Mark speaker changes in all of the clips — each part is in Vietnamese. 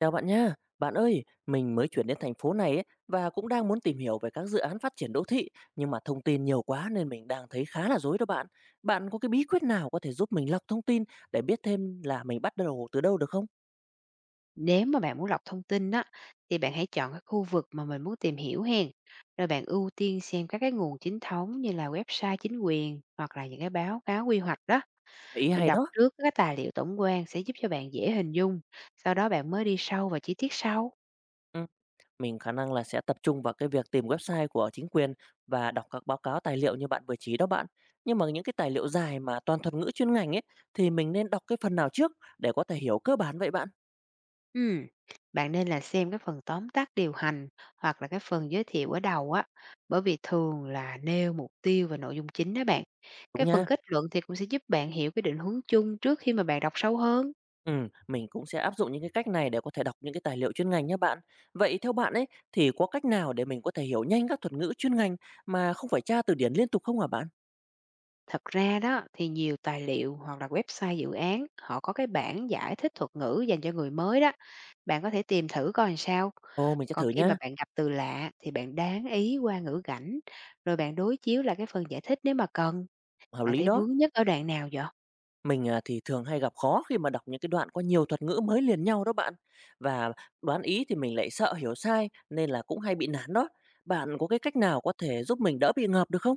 Speaker 1: Chào bạn nha. Bạn ơi, mình mới chuyển đến thành phố này ấy, và cũng đang muốn tìm hiểu về các dự án phát triển đô thị, nhưng mà thông tin nhiều quá nên mình đang thấy khá là rối đó bạn. Bạn có cái bí quyết nào có thể giúp mình lọc thông tin để biết thêm là mình bắt đầu từ đâu được không?
Speaker 2: Nếu mà bạn muốn lọc thông tin á, thì bạn hãy chọn cái khu vực mà mình muốn tìm hiểu hen. Rồi bạn ưu tiên xem các cái nguồn chính thống như là website chính quyền hoặc là những cái báo cáo quy hoạch đó.
Speaker 1: Ý
Speaker 2: Mình
Speaker 1: hay
Speaker 2: đọc
Speaker 1: đó.
Speaker 2: trước các tài liệu tổng quan sẽ giúp cho bạn dễ hình dung. Sau đó bạn mới đi sâu vào chi tiết sau.
Speaker 1: Ừ. Mình khả năng là sẽ tập trung vào cái việc tìm website của chính quyền và đọc các báo cáo tài liệu như bạn vừa chỉ đó bạn. Nhưng mà những cái tài liệu dài mà toàn thuật ngữ chuyên ngành ấy thì mình nên đọc cái phần nào trước để có thể hiểu cơ bản vậy bạn?
Speaker 2: Ừm, Bạn nên là xem cái phần tóm tắt điều hành hoặc là cái phần giới thiệu ở đầu á. Bởi vì thường là nêu mục tiêu và nội dung chính đó bạn.
Speaker 1: Đúng
Speaker 2: Cái phần
Speaker 1: nha.
Speaker 2: kết luận thì cũng sẽ giúp bạn hiểu cái định hướng chung trước khi mà bạn đọc sâu hơn.
Speaker 1: Mình cũng sẽ áp dụng những cái cách này để có thể đọc những cái tài liệu chuyên ngành nhé bạn. Vậy theo bạn ấy thì có cách nào để mình có thể hiểu nhanh các thuật ngữ chuyên ngành mà không phải tra từ điển liên tục không hả bạn?
Speaker 2: Thật ra đó thì nhiều tài liệu hoặc là website dự án họ có cái bản giải thích thuật ngữ dành cho người mới đó. Bạn có thể tìm thử coi làm sao.
Speaker 1: Ồ, mình sẽ
Speaker 2: Còn
Speaker 1: thử
Speaker 2: khi mà
Speaker 1: nha.
Speaker 2: bạn gặp từ lạ thì bạn đáng ý qua ngữ cảnh, rồi bạn đối chiếu lại cái phần giải thích nếu mà cần.
Speaker 1: Hợp
Speaker 2: Bạn
Speaker 1: lý
Speaker 2: thấy
Speaker 1: đó.
Speaker 2: vướng nhất ở đoạn nào vậy?
Speaker 1: Mình à, thì thường hay gặp khó khi mà đọc những cái đoạn có nhiều thuật ngữ mới liền nhau đó bạn. Và đoán ý thì mình lại sợ hiểu sai nên là cũng hay bị nản đó. Bạn có cái cách nào có thể giúp mình đỡ bị ngợp được không?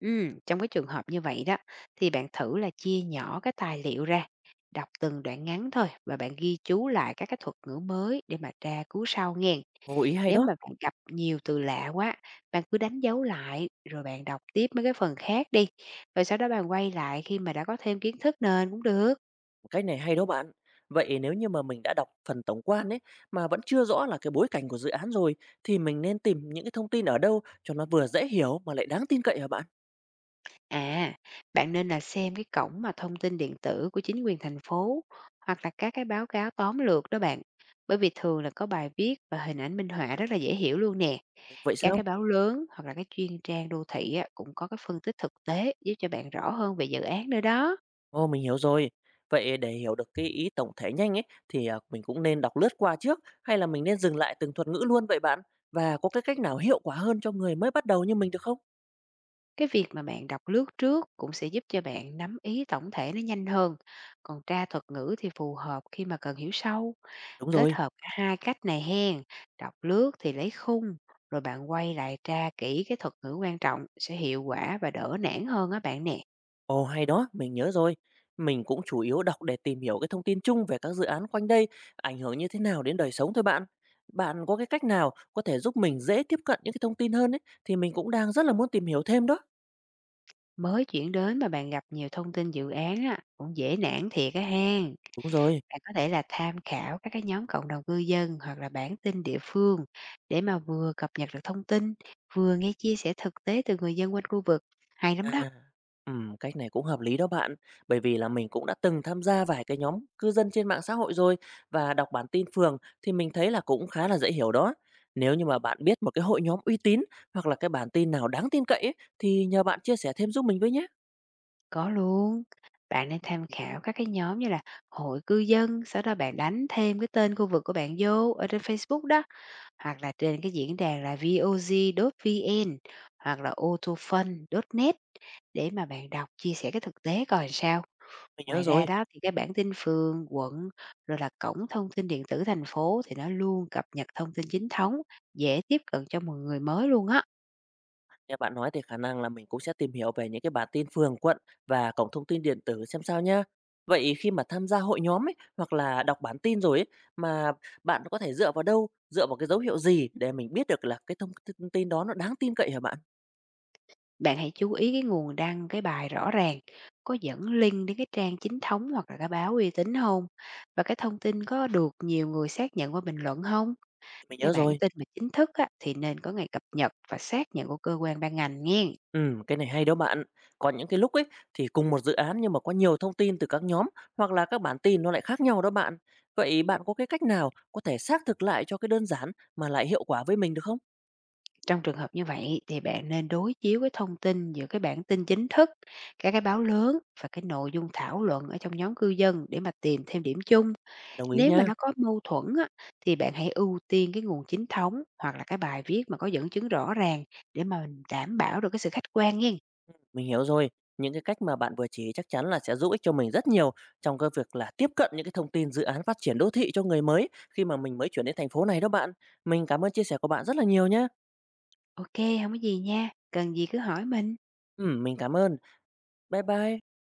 Speaker 2: Ừ, trong cái trường hợp như vậy đó thì bạn thử là chia nhỏ cái tài liệu ra, đọc từng đoạn ngắn thôi và bạn ghi chú lại các cái thuật ngữ mới để mà tra cứu sau nghe.
Speaker 1: Ồ, ý hay
Speaker 2: Nếu
Speaker 1: đó.
Speaker 2: mà bạn gặp nhiều từ lạ quá, bạn cứ đánh dấu lại rồi bạn đọc tiếp mấy cái phần khác đi, rồi sau đó bạn quay lại khi mà đã có thêm kiến thức nền cũng được.
Speaker 1: Cách này hay đó bạn. Vậy nếu như mà mình đã đọc phần tổng quan ấy mà vẫn chưa rõ là cái bối cảnh của dự án rồi thì mình nên tìm những cái thông tin ở đâu cho nó vừa dễ hiểu mà lại đáng tin cậy hả bạn?
Speaker 2: À, bạn nên là xem cái cổng mà thông tin điện tử của chính quyền thành phố hoặc là các cái báo cáo tóm lược đó bạn. Bởi vì thường là có bài viết và hình ảnh minh họa rất là dễ hiểu luôn nè.
Speaker 1: Vậy
Speaker 2: Các
Speaker 1: sao?
Speaker 2: cái báo lớn hoặc là cái chuyên trang đô thị á, cũng có cái phân tích thực tế giúp cho bạn rõ hơn về dự án nữa đó.
Speaker 1: Ồ, mình hiểu rồi. Vậy để hiểu được cái ý tổng thể nhanh ấy thì à, mình cũng nên đọc lướt qua trước hay là mình nên dừng lại từng thuật ngữ luôn vậy bạn? Và có cái cách nào hiệu quả hơn cho người mới bắt đầu như mình được không?
Speaker 2: Cái việc mà bạn đọc lướt trước cũng sẽ giúp cho bạn nắm ý tổng thể nó nhanh hơn. Còn tra thuật ngữ thì phù hợp khi mà cần hiểu sâu.
Speaker 1: Đúng
Speaker 2: Kết
Speaker 1: rồi.
Speaker 2: hợp cả hai cách này hen. Đọc lướt thì lấy khung, rồi bạn quay lại tra kỹ cái thuật ngữ quan trọng sẽ hiệu quả và đỡ nản hơn á bạn nè.
Speaker 1: Ồ, hay đó, mình nhớ rồi. Mình cũng chủ yếu đọc để tìm hiểu cái thông tin chung về các dự án quanh đây, ảnh hưởng như thế nào đến đời sống thôi bạn. Bạn có cái cách nào có thể giúp mình dễ tiếp cận những cái thông tin hơn ấy, thì mình cũng đang rất là muốn tìm hiểu thêm đó.
Speaker 2: Mới chuyển đến mà bạn gặp nhiều thông tin dự án á, cũng dễ nản thiệt á hen.
Speaker 1: Đúng rồi.
Speaker 2: Bạn có thể là tham khảo các cái nhóm cộng đồng cư dân hoặc là bản tin địa phương để mà vừa cập nhật được thông tin, vừa nghe chia sẻ thực tế từ người dân quanh khu vực. Hay lắm đó,
Speaker 1: À, cách này cũng hợp lý đó bạn, bởi vì là mình cũng đã từng tham gia vài cái nhóm cư dân trên mạng xã hội rồi và đọc bản tin phường thì mình thấy là cũng khá là dễ hiểu đó. Nếu như mà bạn biết một cái hội nhóm uy tín hoặc là cái bản tin nào đáng tin cậy ấy, thì nhờ bạn chia sẻ thêm giúp mình với nhé.
Speaker 2: có luôn. Bạn nên tham khảo các cái nhóm như là hội cư dân, sau đó bạn đánh thêm cái tên khu vực của bạn vô ở trên Facebook đó, hoặc là trên cái diễn đàn là voz.vn hoặc là autofun.net để mà bạn đọc chia sẻ cái thực tế coi làm sao.
Speaker 1: Mình nhớ
Speaker 2: Ngoài ra
Speaker 1: rồi.
Speaker 2: đó thì cái bản tin phường, quận, rồi là cổng thông tin điện tử thành phố thì nó luôn cập nhật thông tin chính thống, dễ tiếp cận cho mọi người mới luôn á.
Speaker 1: Nghe bạn nói thì khả năng là mình cũng sẽ tìm hiểu về những cái bản tin phường, quận và cổng thông tin điện tử xem sao nhá. Vậy khi mà tham gia hội nhóm ấy hoặc là đọc bản tin rồi ấy mà bạn có thể dựa vào đâu, dựa vào cái dấu hiệu gì để mình biết được là cái thông thông tin đó nó đáng tin cậy hả bạn?
Speaker 2: Bạn hãy chú ý cái nguồn đăng cái bài rõ ràng, có dẫn link đến cái trang chính thống hoặc là cái báo uy tín không? Và cái thông tin có được nhiều người xác nhận qua bình luận không?
Speaker 1: Mình
Speaker 2: Cái
Speaker 1: nhớ
Speaker 2: bản
Speaker 1: rồi.
Speaker 2: tin mà chính thức á, thì nên có ngày cập nhật và xác nhận của cơ quan ban ngành nghe.
Speaker 1: Ừ, cái này hay đó bạn. Còn những cái lúc ấy thì cùng một dự án nhưng mà có nhiều thông tin từ các nhóm hoặc là các bản tin nó lại khác nhau đó bạn. Vậy bạn có cái cách nào có thể xác thực lại cho cái đơn giản mà lại hiệu quả với mình được không?
Speaker 2: Trong trường hợp như vậy thì bạn nên đối chiếu cái thông tin giữa cái bản tin chính thức, các cái báo lớn và cái nội dung thảo luận ở trong nhóm cư dân để mà tìm thêm điểm chung.
Speaker 1: Đồng ý
Speaker 2: Nếu mà
Speaker 1: nha.
Speaker 2: nó có mâu thuẫn á, thì bạn hãy ưu tiên cái nguồn chính thống hoặc là cái bài viết mà có dẫn chứng rõ ràng để mà mình đảm bảo được cái sự khách quan nha.
Speaker 1: Mình hiểu rồi. Những cái cách mà bạn vừa chỉ chắc chắn là sẽ giúp ích cho mình rất nhiều trong cái việc là tiếp cận những cái thông tin dự án phát triển đô thị cho người mới khi mà mình mới chuyển đến thành phố này đó bạn. Mình cảm ơn chia sẻ của bạn rất là nhiều nhé.
Speaker 2: Ok, không có gì nha. Cần gì cứ hỏi mình.
Speaker 1: Ừ, mình cảm ơn. Bye bye.